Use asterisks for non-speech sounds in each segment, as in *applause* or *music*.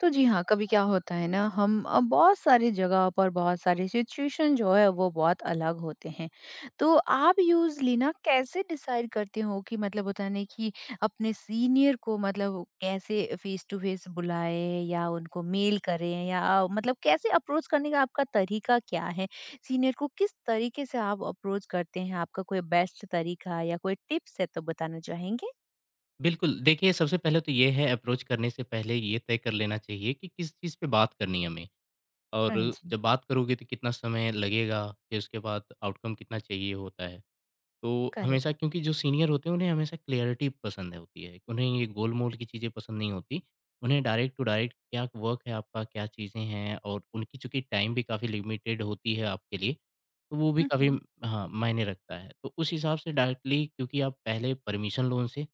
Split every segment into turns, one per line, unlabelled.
तो जी हाँ, कभी क्या होता है ना हम बहुत सारी जगह पर बहुत सारी सिचुएशन जो है वो बहुत अलग होते हैं। तो आप यूज़ुअली ना कैसे डिसाइड करते हो कि मतलब होता है ना कि अपने सीनियर को मतलब कैसे फेस टू फेस बुलाएँ या उनको मेल करें या मतलब कैसे अप्रोच करने का आपका तरीका क्या है? सीनियर को किस तरीके से आप अप्रोच करते हैं? आपका कोई बेस्ट तरीका या कोई टिप्स है तो बताना चाहेंगे?
बिल्कुल, देखिए सबसे पहले तो ये है अप्रोच करने से पहले ये तय कर लेना चाहिए कि किस चीज़ पे बात करनी है हमें और
हाँ जी,
जब बात करोगे तो कितना समय लगेगा, फिर उसके बाद आउटकम कितना चाहिए होता है। तो
करेक्ट।
हमेशा क्योंकि जो सीनियर होते हैं उन्हें हमेशा क्लैरिटी पसंद है होती है, उन्हें ये गोल-मोल की चीज़ें पसंद नहीं होती। उन्हें डायरेक्ट टू डायरेक्ट क्या वर्क है आपका, क्या चीज़ें हैं और उनकी चूँकि टाइम भी काफ़ी लिमिटेड होती है आपके लिए, तो वो भी
हुँ,
काफ़ी
हुँ।
हाँ, मायने रखता है। तो उस हिसाब से डायरेक्टली क्योंकि आप पहले परमिशन लो उनसे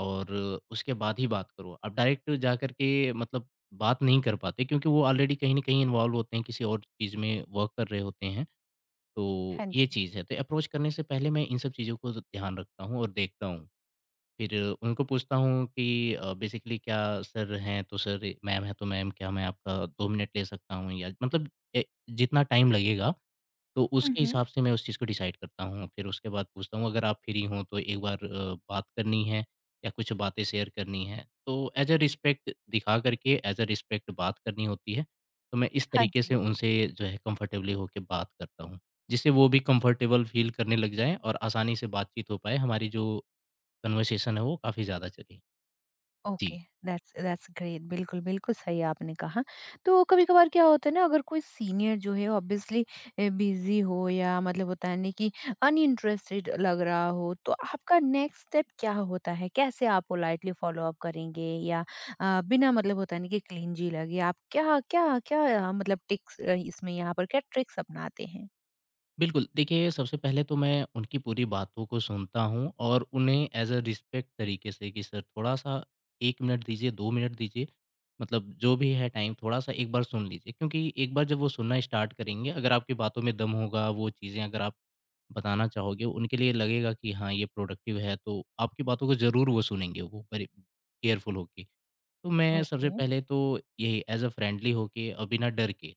और उसके बाद ही बात करो। आप डायरेक्ट जा कर के मतलब बात नहीं कर पाते क्योंकि वो ऑलरेडी कहीं न कहीं इन्वॉल्व होते हैं, किसी और चीज़ में वर्क कर रहे होते हैं। तो
हाँ
ये
जी।
चीज़ है, तो अप्रोच करने से पहले मैं इन सब चीज़ों को ध्यान रखता हूँ और देखता हूँ। फिर उनको पूछता हूँ कि बेसिकली क्या सर हैं तो सर, मैम हैं तो मैम क्या मैं आपका 2 मिनट ले सकता हूँ या मतलब जितना टाइम लगेगा तो
हुँ,
उसके
हुँ।
हिसाब से मैं उस चीज़ को डिसाइड करता हूँ। फिर उसके बाद पूछता हूँ अगर आप फ्री हो तो एक बार बात करनी है या कुछ बातें शेयर करनी है। तो एज़ अ रिस्पेक्ट दिखा करके एज़ अ रिस्पेक्ट बात करनी होती है। तो मैं इस
हाँ
तरीके से
जी।
उनसे जो है कम्फ़र्टेबली होके बात करता हूँ। जिससे वो भी कम्फ़र्टेबल फ़ील करने लग जाएँ और आसानी से बातचीत हो पाए। हमारी जो कन्वर्सेशन है वो काफ़ी ज़्यादा चले। जी।
Okay, that's that's great. बिल्कुल, बिल्कुल सही आपने कहा। तो कभी-कभार क्या होता है ना अगर कोई सीनियर जो है ऑब्वियसली बिज़ी हो या मतलब होता है ना कि अनइंटरेस्टेड लग रहा हो, तो आपका नेक्स्ट स्टेप क्या होता है? कैसे आप पोलाइटली फ़ॉलो-अप करेंगे या बिना मतलब होता है ना कि क्लिंजी लगे आप क्या क्या क्या मतलब इसमें यहाँ पर क्या ट्रिक्स अपनाते हैं?
बिल्कुल, देखिए सबसे पहले तो मैं उनकी पूरी बातों को सुनता हूँ और उन्हें एज़ अ रिस्पेक्ट तरीके से कि सर थोड़ा-सा 1 मिनट दीजिए, 2 मिनट दीजिए, मतलब जो भी है टाइम थोड़ा-सा एक बार सुन लीजिए। क्योंकि एक बार जब वो सुनना स्टार्ट करेंगे, अगर आपकी बातों में दम होगा, वो चीज़ें अगर आप बताना चाहोगे, उनके लिए लगेगा कि हाँ, ये प्रोडक्टिव है, तो आपकी बातों को ज़रूर वो सुनेंगे, वो बड़े केयरफुल होके। तो मैं सबसे
ओके।
पहले तो यही एज़ अ फ्रेंडली होके और बिना डर के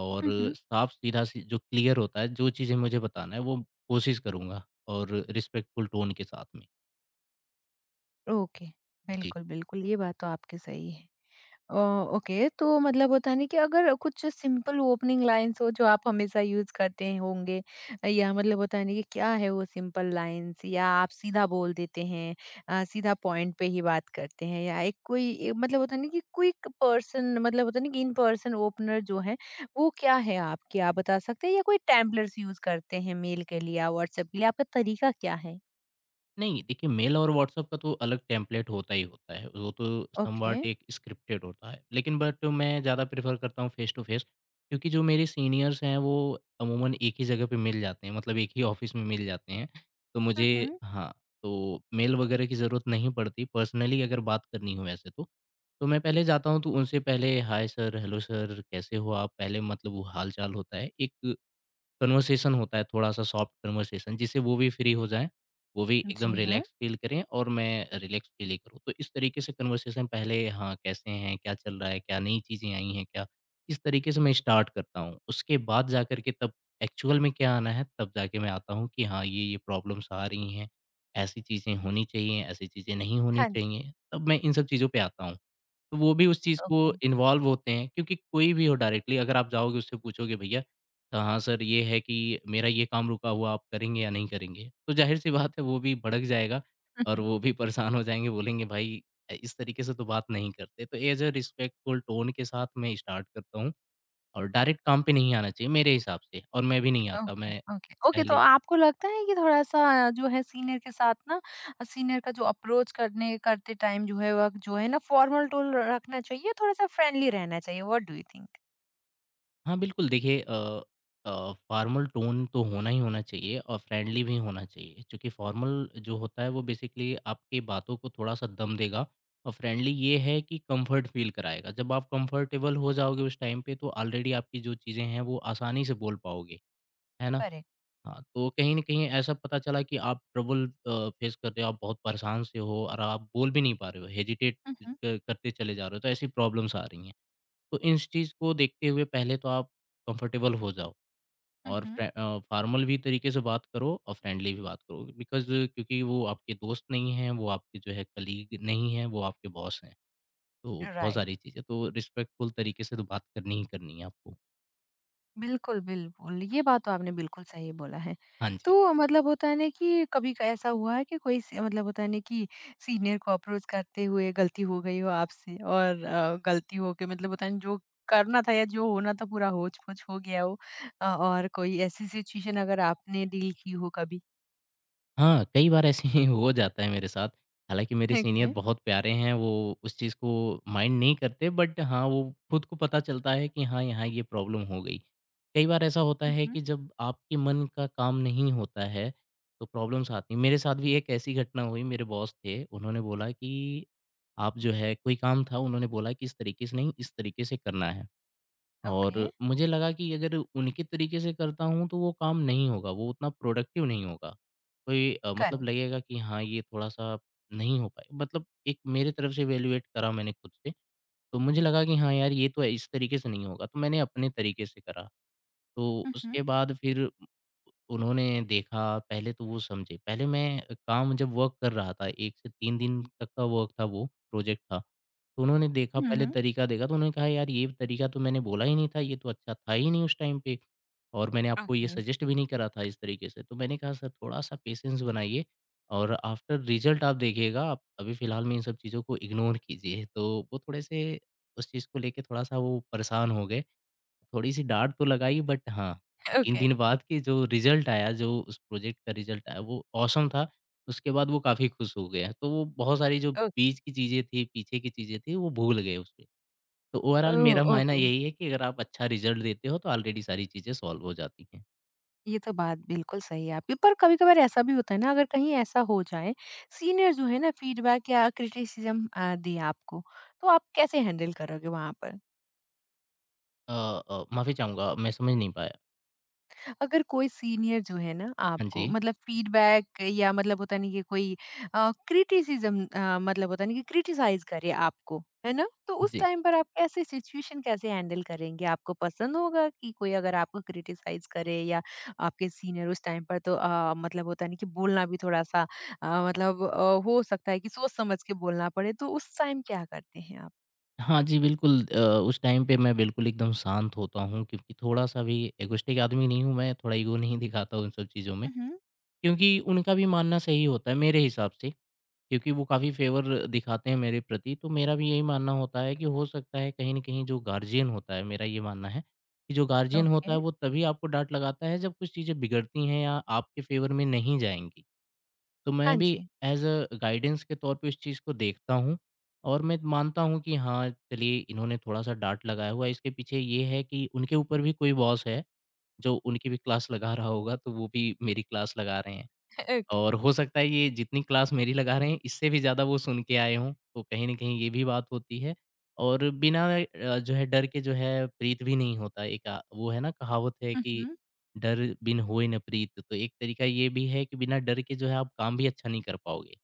और
हुँ, हुँ।
साफ-सीधा सी जो क्लियर होता है, जो चीज़ें मुझे बताना है, वो कोशिश करूँगा और रिस्पेक्टफुल टोन के साथ में।
ओके,
जी।
बिल्कुल, बिल्कुल। ये बात तो आपकी सही है। अ, ओके तो मतलब होता है ना कि अगर कुछ सिंपल ओपनिंग लाइन्स हो जो आप हमेशा यूज करते होंगे या मतलब होता है ना कि क्या है वो सिंपल लाइन्स या आप सीधा बोल देते हैं सीधा पॉइंट पे ही बात करते हैं या एक कोई एक मतलब होता है ना कि क्विक पर्सन मतलब होता है ना कि इन पर्सन ओपनर जो है वो क्या है आपके, आप क्या बता सकते हैं या कोई टैम्पलेट्स यूज करते हैं मेल के लिए या व्हाट्सएप के लिए आपका तरीका क्या है।
नहीं, देखिए मेल और व्हाट्सएप का तो अलग टेम्पलेट होता ही होता है। वो तो
ओके।
समव्हाट एक स्क्रिप्टेड होता है। लेकिन बट मैं ज़्यादा प्रेफ़र करता हूँ फ़ेस टू फ़ेस क्योंकि जो मेरे सीनियर्स हैं वो अमूमन एक ही जगह पे मिल जाते हैं, मतलब एक ही ऑफ़िस में मिल जाते हैं। तो मुझे
हम्म।
हाँ, तो मेल वग़ैरह की ज़रूरत नहीं पड़ती। पर्सनली अगर बात करनी हो वैसे तो मैं पहले जाता हूँ तो उनसे पहले हाय सर, हेलो सर, कैसे हो आप? पहले मतलब वो हाल-चाल होता है। एक कन्वर्सेशन होता है थोड़ा-सा सॉफ्ट कन्वर्सेशन जिससे वो भी फ्री हो जाएँ, वो भी एकदम
जी हाँ।
रिलैक्स फ़ील करें और मैं रिलैक्स फ़ील ही करूँ। तो इस तरीके से कन्वर्सेशन पहले हाँ, कैसे हैं, क्या चल रहा है, क्या नई चीज़ें आई हैं क्या? इस तरीके से मैं स्टार्ट करता हूँ। उसके बाद जाकर के तब एक्चुअल में क्या आना है तब जाके मैं आता हूँ कि हाँ, ये प्रॉब्लम्स आ रही हैं, ऐसी चीज़ें होनी चाहिए, ऐसी चीज़ें नहीं होनी
हाँ जी।
चाहिए, तब मैं इन सब चीज़ों पे आता हूँ। तो वो भी उस चीज़ को
ओके।
इन्वॉल्व होते हैं क्योंकि कोई भी हो डायरेक्टली अगर आप जाओगे उससे पूछोगे भैया तो हाँ सर ये है कि मेरा ये काम रुका हुआ आप करेंगे या नहीं करेंगे? तो ज़ाहिर-सी बात है वो भी भड़क जाएगा और वो भी परेशान हो जाएँगे बोलेंगे भाई इस तरीके से तो बात नहीं करते। तो एज़ अ रिस्पेक्टफुल टोन के साथ मैं स्टार्ट करता हूँ और डायरेक्ट काम पे नहीं आना चाहिए मेरे हिसाब से और मैं भी नहीं आता
ओके,
मैं
ओके, ओके तो
पहले।
आपको लगता है कि थोड़ा-सा जो है सीनियर के साथ ना सीनियर का जो अप्रोच करने करते टाइम जो है वक़्त जो है ना फॉर्मल टोन रखना चाहिए, थोड़ा-सा फ्रेंडली रहना चाहिए, व्हाट डू यू थिंक?
हाँ, बिल्कुल देखिए फ़ॉर्मल टोन तो होना ही होना चाहिए और फ्रेंडली भी होना चाहिए क्योंकि फ़ॉर्मल जो होता है वो बेसिकली आपकी बातों को थोड़ा-सा दम देगा और फ्रेंडली ये है कि कंफर्ट फ़ील कराएगा। जब आप कंफर्टेबल हो जाओगे उस टाइम पे तो ऑलरेडी आपकी जो चीज़ें हैं वो आसानी से बोल पाओगे, है ना?
करेक्ट।
हाँ, तो कहीं न कहीं ऐसा पता चला कि आप ट्रबल फ़ेस कर रहे हो, आप बहुत परेशान से हो और आप बोल भी नहीं पा रहे हो, हेजिटेट
हुँ, हुँ।
क करते चले जा रहे हो, तो ऐसी प्रॉब्लम्स आ रही हैं। तो इन चीज़ को देखते हुए पहले तो आप कंफर्टेबल हो जाओ
हुँ,
और
हुँ।
फॉर्मल भी तरीके से बात करो और फ्रेंडली भी बात करो बिकॉज़ क्योंकि वो आपके दोस्त नहीं हैं, वो आपके जो है कलीग नहीं हैं, वो आपके बॉस हैं। तो बहुत
राइट।
सारी चीज़ें तो रिस्पेक्टफुल तरीके से तो बात करनी ही करनी है आपको।
बिल्कुल, बिल्कुल। ये बात तो आपने बिल्कुल सही बोला है।
हाँ जी।
तो मतलब होता है ना कि कभी क ऐसा हुआ है कि कोई स मतलब होता है ना कि सीनियर को अप्रोच करते हुए गलती हो गई हो आपसे और गलती हो के मतलब होता है ना जो करना था या जो होना था पूरा होच-पोच हो गया हो और कोई ऐसी सिचुएशन अगर आपने डील की हो कभी?
हाँ, कई बार ऐसे ही *laughs* हो जाता है मेरे साथ। हालाँकि मेरे सीनियर
ओके।
बहुत प्यारे हैं, वो उस चीज़ को माइंड नहीं करते बट हाँ, वो खुद को पता चलता है कि हाँ, यहाँ ये प्रॉब्लम हो गई। कई बार ऐसा होता
हुँ,
है
हुँ।
कि जब आपके मन का काम नहीं होता है, तो प्रॉब्लम्स आती हैं। मेरे साथ भी एक ऐसी घटना हुई, मेरे बॉस थे, उन्होंने बोला कि आप जो है कोई काम था, उन्होंने बोला कि इस तरीके से नहीं, इस तरीके से करना है। और
ओके।
मुझे लगा कि अगर उनके तरीके से करता हूँ तो वो काम नहीं होगा, वो उतना प्रोडक्टिव नहीं होगा। कोई मतलब
करेक्ट।
लगेगा कि हाँ, ये थोड़ा-सा नहीं हो पाए मतलब एक मेरे तरफ से इवैल्यूएट करा मैंने खुद से, तो मुझे लगा कि हाँ यार, ये तो इस तरीके से नहीं होगा, तो मैंने अपने तरीके से करा। तो
हुँ, हुँ।
उसके बाद फिर उन्होंने देखा, पहले तो वो समझे, पहले मैं काम जब वर्क कर रहा था 1 से 3 दिन तक का वर्क था वो, प्रोजेक्ट था। तो उन्होंने देखा
हुँ,
पहले
हुँ।
तरीका देखा तो उन्होंने कहा यार ये तरीका तो मैंने बोला ही नहीं था, ये तो अच्छा था ही नहीं उस टाइम पे और मैंने आपको ये
ओके,
सजेस्ट भी नहीं करा था इस तरीके से। तो मैंने कहा सर थोड़ा-सा पेशेंस बनाइए और आफ्टर रिजल्ट आप देखिएगा, आप अभी फिलहाल में इन सब चीज़ों को इग्नोर कीजिए। तो वो थोड़े से उस चीज़ को लेके थोड़ा-सा वो परेशान हो गए। थोड़ी-सी डाँट तो लगाई बट हाँ, 3
ओके,
दिन बाद के जो रिज़ल्ट आया, जो उस प्रोजेक्ट का रिज़ल्ट आया वो ऑसम था। उसके बाद वो काफ़ी खुश हो गए हैं, तो वो बहुत सारी जो बीच
ओके।
की चीज़ें थी, पीछे की चीज़ें थी वो भूल गए उसमें। तो ओवरऑल
ओह!
मेरा मानना
ओके।
यही है कि अगर आप अच्छा रिज़ल्ट देते हो तो ऑलरेडी सारी चीज़ें सॉल्व हो जाती हैं।
ये तो बात बिल्कुल सही है आपकी। पर कभी-कभार ऐसा भी होता है ना अगर कहीं ऐसा हो जाए, सीनियर जो है ना फीडबैक या क्रिटिसिज़्म दें आपको, तो आप कैसे हैंडल करोगे वहाँ पर?
अ माफ़ी चाहूँगा मैं समझ नहीं पाया।
अगर कोई सीनियर जो है ना
हाँ
आपको
जी।
मतलब फीडबैक या मतलब होता नहीं कि कोई क्रिटिसिज्म मतलब होता नहीं कि क्रिटिसाइज करे आपको है ना तो उस
जी।
टाइम पर आप कैसे सिचुएशन कैसे हैंडल करेंगे आपको पसंद होगा कि कोई अगर आपको क्रिटिसाइज करे या आपके सीनियर उस टाइम पर तो मतलब होता नहीं कि बोलना भी थोड़ा सा मतलब हो सकता है कि सोच समझ के बोलना पड़े तो उस टाइम क्या करते हैं आप।
हाँ जी, बिल्कुल उस टाइम पे मैं बिल्कुल एकदम शांत होता हूँ क्योंकि थोड़ा-सा भी एगोइस्टिक आदमी नहीं हूँ मैं, थोड़ा ईगो नहीं दिखाता हूँ इन सब चीज़ों में।
मम्हम,
क्योंकि उनका भी मानना सही होता है मेरे हिसाब से, क्योंकि वो काफ़ी फ़ेवर दिखाते हैं मेरे प्रति। तो मेरा भी यही मानना होता है कि हो सकता है कहीं न कहीं जो गार्जियन होता है, मेरा ये मानना है कि जो गार्जियन होता
ओके।
है वो तभी आपको डाँट लगाता है जब कुछ चीज़ें बिगड़ती हैं या आपके फ़ेवर में नहीं जाएँगी। तो
हाँ
मैं भी
जी।
एज़ अ गाइडेंस के तौर पे उस चीज़ को देखता हूँ और मैं मानता हूँ कि हाँ, चलिए इन्होंने थोड़ा-सा डाँट लगाया हुआ है, इसके पीछे ये है कि उनके ऊपर भी कोई बॉस है, जो उनकी भी क्लास लगा रहा होगा, तो वो भी मेरी क्लास लगा रहे हैं।
*laughs* ओके।
और हो सकता है ये जितनी क्लास मेरी लगा रहे हैं, इससे भी ज़्यादा वो सुन के आए हों, तो कहीं न कहीं ये भी बात होती है। और बिना जो है डर के जो है प्रीत भी नहीं होता। एक वो है ना कहावत है कि
मम्हम,
डर बिन होए न प्रीत, तो एक तरीका ये भी है कि बिना डर के जो है आप काम भी अच्छा नहीं कर पाओगे।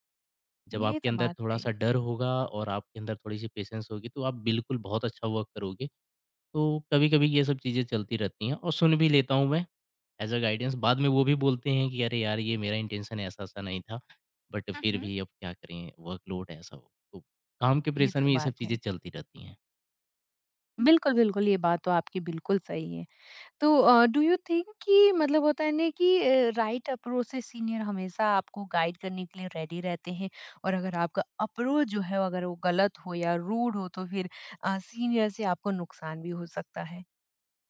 जब
ये
आपके
तो
अंदर
बात सही
थोड़ा-सा
है।
डर होगा और आपके अंदर थोड़ी-सी पेशेंस होगी, तो आप बिल्कुल बहुत अच्छा वर्क करोगे। तो कभी-कभी ये सब चीज़ें चलती रहती हैं और सुन भी लेता हूँ मैं। एज़ अ गाइडेंस बाद में वो भी बोलते हैं कि अरे यार, ये मेरा इंटेंशन ऐसा-ऐसा नहीं था, बट फिर
हम्म।
भी अब क्या करें वर्कलोड ऐसा हो। तो काम के
ये
प्रेशर
तो
में ये सब
बात
चीज़ें
है
चलती रहती हैं।
बिल्कुल, बिल्कुल, ये बात तो आपकी बिल्कुल सही है। तो डू यू थिंक कि मतलब होता है ना कि राइट अप्रोच से सीनियर हमेशा आपको गाइड करने के लिए रेडी रहते हैं और अगर आपका अप्रोच जो है अगर वो गलत हो या रूड हो तो फिर सीनियर से आपको नुकसान भी हो सकता है?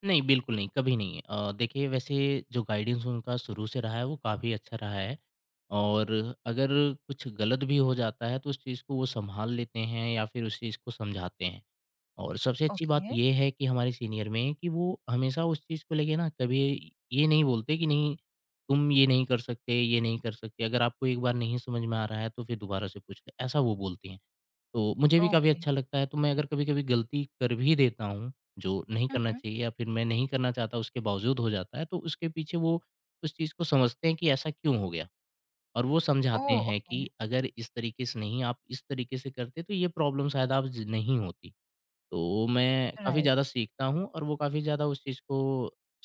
नहीं, बिल्कुल नहीं, कभी नहीं। देखिए वैसे जो गाइडेंस उनका शुरू से रहा है वो काफ़ी अच्छा रहा है और अगर कुछ गलत भी हो जाता है तो उस चीज़ को वो सँभाल लेते हैं या फिर उस चीज़ को समझाते हैं। और सबसे अच्छी बात
ओके,
ये है कि हमारे सीनियर में कि वो हमेशा उस चीज़ को लेके ना कभी ये नहीं बोलते कि नहीं तुम ये नहीं कर सकते, ये नहीं कर सकते। अगर आपको एक बार नहीं समझ में आ रहा है तो फिर दोबारा से पूछ लें, ऐसा वो बोलती हैं। तो मुझे भी काफ़ी
ओके।
अच्छा लगता है, तो मैं अगर कभी-कभी गलती कर भी देता हूँ, जो नहीं
हुँ,
करना
हुँ।
चाहिए या फिर मैं नहीं करना चाहता उसके बावजूद हो जाता है, तो उसके पीछे वो उस चीज़ को समझते हैं कि ऐसा क्यों हो गया। और वो समझाते
ओह!
हैं कि
ओके,
अगर इस तरीके से नहीं, आप इस तरीके से करते तो ये प्रॉब्लम शायद आप ज नहीं होती। तो मैं काफ़ी
राइट।
ज़्यादा सीखता हूँ और वो काफ़ी ज़्यादा उस चीज़ को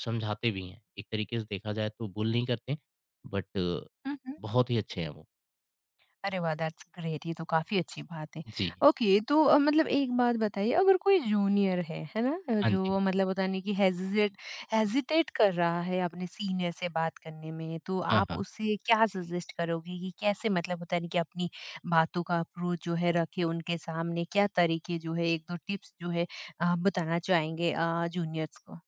समझाते भी हैं। एक तरीके से देखा जाए तो बुल नहीं करते, बट
हुँ, हुँ।
बहुत ही अच्छे हैं वो।
अरे वाह! दैट्स ग्रेट ये तो काफ़ी अच्छी बात है।
जी।
ओके तो मतलब एक बात बताइए अगर कोई जूनियर है ना?
हाँ जी।
जो मतलब होता नहीं कि हेज़िज़ेट हेज़िटेट कर रहा है अपने सीनियर से बात करने में, तो
हाँ,
आप
हाँ।
उसे क्या सजेस्ट करोगे कि कैसे मतलब होता नहीं कि अपनी बातों का अप्रोच जो है रखें उनके सामने? क्या तरीके जो है 1-2 टिप्स जो है आप बताना चाहेंगे जूनियर्स को?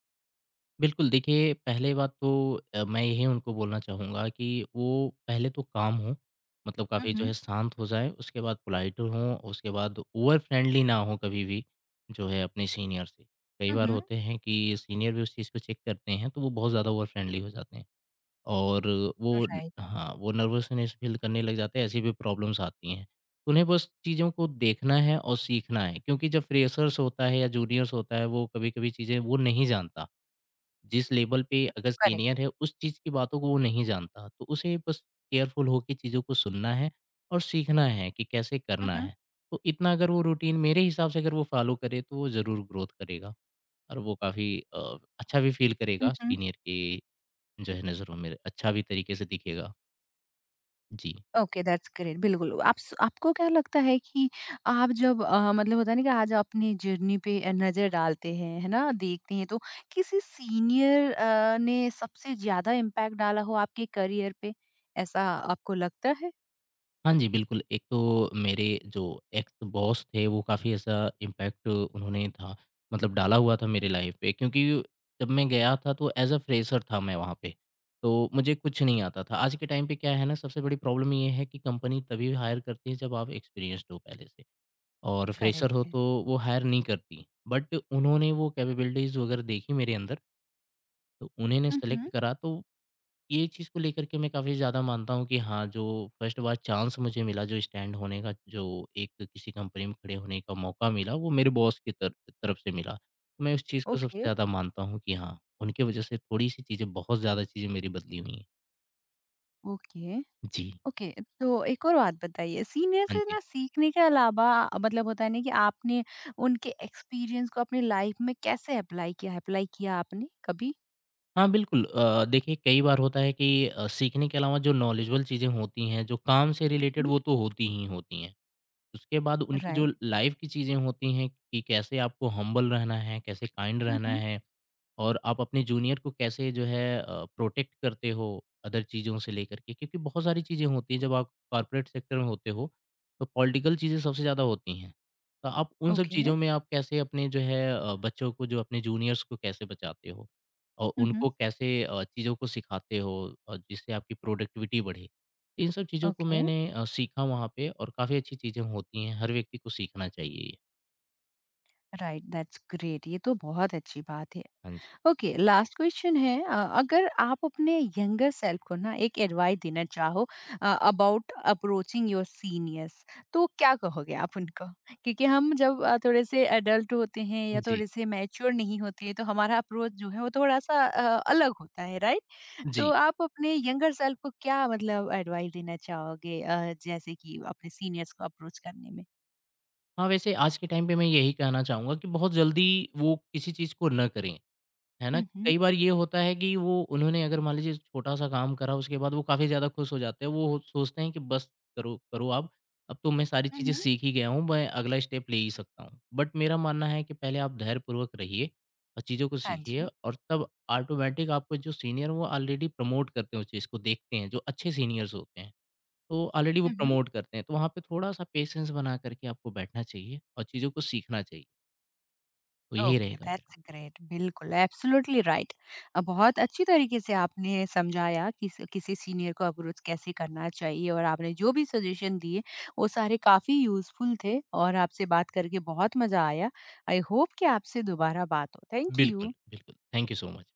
बिल्कुल, देखिए पहले बात तो, मैं यही उनको बोलना चाहूँगा कि वो पहले तो काम हो, मतलब
हुँ,
काफ़ी जो
हुँ।
है शांत हो जाएँ, उसके बाद पोलाइट हों, उसके बाद ओवर फ्रेंडली ना हों कभी भी जो है अपने सीनियर से। कई
हुँ,
बार
हुँ।
होते हैं कि सीनियर भी उस चीज़ को चेक करते हैं, तो वो बहुत ज़्यादा ओवर फ्रेंडली हो जाते हैं। और वो न
राइट,
हाँ, वो नर्वसनेस फ़ील करने लग जाते हैं, ऐसी भी प्रॉब्लम्स आती हैं। उन्हें बस चीज़ों को देखना है और सीखना है, क्योंकि जब फ्रेशर्स होता है या जूनियर्स होता है, वो कभी-कभी चीज़ें वो नहीं जानता। जिस लेवल पे अगर
करेक्ट।
सीनियर है, उस चीज़ की बातों को वो नहीं जानता, तो उसे बस केयरफुल होके चीज़ों को सुनना है और सीखना है कि कैसे
हुँ,
करना
हुँ।
है। तो इतना अगर वो रूटीन, मेरे हिसाब से अगर वो फ़ॉलो करे, तो वो ज़रूर ग्रोथ करेगा और वो काफ़ी अ, अच्छा भी फ़ील
हुँ,
करेगा,
हुँ।
सीनियर के जो है नज़रों में अच्छा भी तरीके से दिखेगा। जी।
ओके दैट्स ग्रेट बिल्कुल आप आपको क्या लगता है कि आप जब मतलब होता है ना कि आज अपनी जर्नी पे नजर डालते हैं है ना देखते हैं तो किसी सीनियर ने सबसे ज्यादा इम्पैक्ट डाला हो आपके करियर पे ऐसा आपको लगता है।
हाँ जी, बिल्कुल। एक तो मेरे जो एक्स बॉस थे, वो काफ़ी ऐसा इम्पैक्ट उन्होंने था, मतलब डाला हुआ था मेरी लाइफ़ पे, क्योंकि जब मैं गया था तो ऐज़ अ फ्रेशर था मैं वहाँ पे, तो मुझे कुछ नहीं आता था। आज के टाइम पे क्या है ना, सबसे बड़ी प्रॉब्लम ये है कि कंपनी तभी हायर करती है जब आप एक्सपीरियंस्ड हो पहले से, और
करेक्ट
फ्रेशर हो
है।
तो वो हायर नहीं करती। बट उन्होंने वो कैपेबिलिटीज़ वगैरह देखी मेरे अंदर, तो उन्होंने सेलेक्ट
हम्म।
करा। तो ये चीज़ को लेकर के मैं काफ़ी ज़्यादा मानता हूँ कि हाँ, जो फर्स्ट बार चांस मुझे मिला, जो स्टैंड होने का, जो एक किसी कंपनी में खड़े होने का मौका मिला, वो मेरे बॉस की तर तरफ से मिला। तो मैं उस चीज़ को सबसे
ओके।
ज़्यादा मानता हूँ कि हाँ, उनकी वजह से थोड़ी-सी चीज़ें, बहुत ज़्यादा चीज़ें मेरी बदली हुई हैं।
ओके।
जी।
ओके तो एक और बात बताइए सीनियर
हाँ
से
जी।
ना सीखने के अलावा मतलब होता है ना कि आपने उनके एक्सपीरियंस को अपनी लाइफ में कैसे अप्लाई किया आपने कभी।
हाँ, बिल्कुल। देखिए कई बार होता है कि सीखने के अलावा जो नॉलेजेबल चीज़ें होती हैं, जो काम से रिलेटेड, वो तो होती ही होती हैं। उसके बाद उनकी जो
राइट।
लाइफ़ की चीज़ें होती हैं कि कैसे आपको हम्बल रहना है, कैसे काइंड
हुँ,
रहना
हुँ।
है। और आप अपने जूनियर को कैसे जो है प्रोटेक्ट करते हो अदर चीज़ों से लेकर के, क्योंकि बहुत सारी चीज़ें होती हैं जब आप कॉर्पोरेट सेक्टर में होते हो, तो पॉलिटिकल चीज़ें सबसे ज़्यादा होती हैं। तो आप उन सब
ओके।
चीज़ों में आप कैसे अपने जो है बच्चों को, जो अपने जूनियर्स को कैसे बचाते हो और
हुँ, हुँ।
उनको कैसे चीज़ों को सिखाते हो और जिससे आपकी प्रोडक्टिविटी बढ़े, इन सब चीज़ों को
ओके,
मैंने सीखा वहाँ पे। और काफ़ी अच्छी चीज़ें होती हैं, हर व्यक्ति को सीखना चाहिए ये।
राइट दैट्स ग्रेट ये तो बहुत अच्छी बात है।
हाँ जी।
ओके लास्ट क्वेश्चन है अगर आप अपने यंगर सेल्फ को ना एक एडवाइस देना चाहो अबाउट अप्रोचिंग योर सीनियर्स तो क्या कहोगे आप उनको? क्योंकि हम जब थोड़े से एडल्ट होते हैं या
जी।
थोड़े से मैच्योर नहीं होते हैं तो हमारा अप्रोच जो है वो थोड़ा-सा अलग होता है राइट? तो
जी।
आप अपने यंगर सेल्फ को क्या मतलब एडवाइस देना चाहोगे जैसे कि अपने सीनियर्स को अप्रोच करने में?
हाँ, वैसे आज के टाइम पे मैं यही कहना चाहूँगा कि बहुत जल्दी वो किसी चीज़ को ना करें, है ना?
हुँ, हुँ।
कई बार ये होता है कि वो, उन्होंने अगर मान लीजिए छोटा-सा काम करा, उसके बाद वो काफ़ी ज़्यादा खुश हो जाते हैं। वो सोचते हैं कि बस करो करो आप, अब तो मैं सारी
हुँ,
चीज़ें
हुँ।
सीख ही गया हूँ, मैं अगला स्टेप ले ही सकता हूँ। बट मेरा मानना है कि पहले आप धैर्यपूर्वक रहिए और चीज़ों को
हाँ
सीखिए,
जी।
और तब ऑटोमैटिक आपको जो सीनियर, वो ऑलरेडी प्रमोट करते हैं उस चीज़ को, देखते हैं, जो अच्छे सीनियर्स होते हैं। तो ऑलरेडी वो
हुँ, हुँ।
प्रमोट करते हैं, तो वहाँ पे थोड़ा-सा पेशेंस बना करके आपको बैठना चाहिए और चीज़ों को सीखना चाहिए, तो यही
ओके,
रहेगा मेरा।
दैट्स ग्रेट बिल्कुल, एब्सोल्युटली राइट। बहुत अच्छी तरीके से आपने समझाया कि किस किसी सीनियर को अप्रोच कैसे करना चाहिए और आपने जो भी सजेशन दिए, वो सारे काफ़ी यूज़फुल थे और आपसे बात करके बहुत मज़ा आया। आई होप कि आपसे दोबारा बात हो। थैंक
बिल्कुल,
यू।
बिल्कुल। Thank you so much.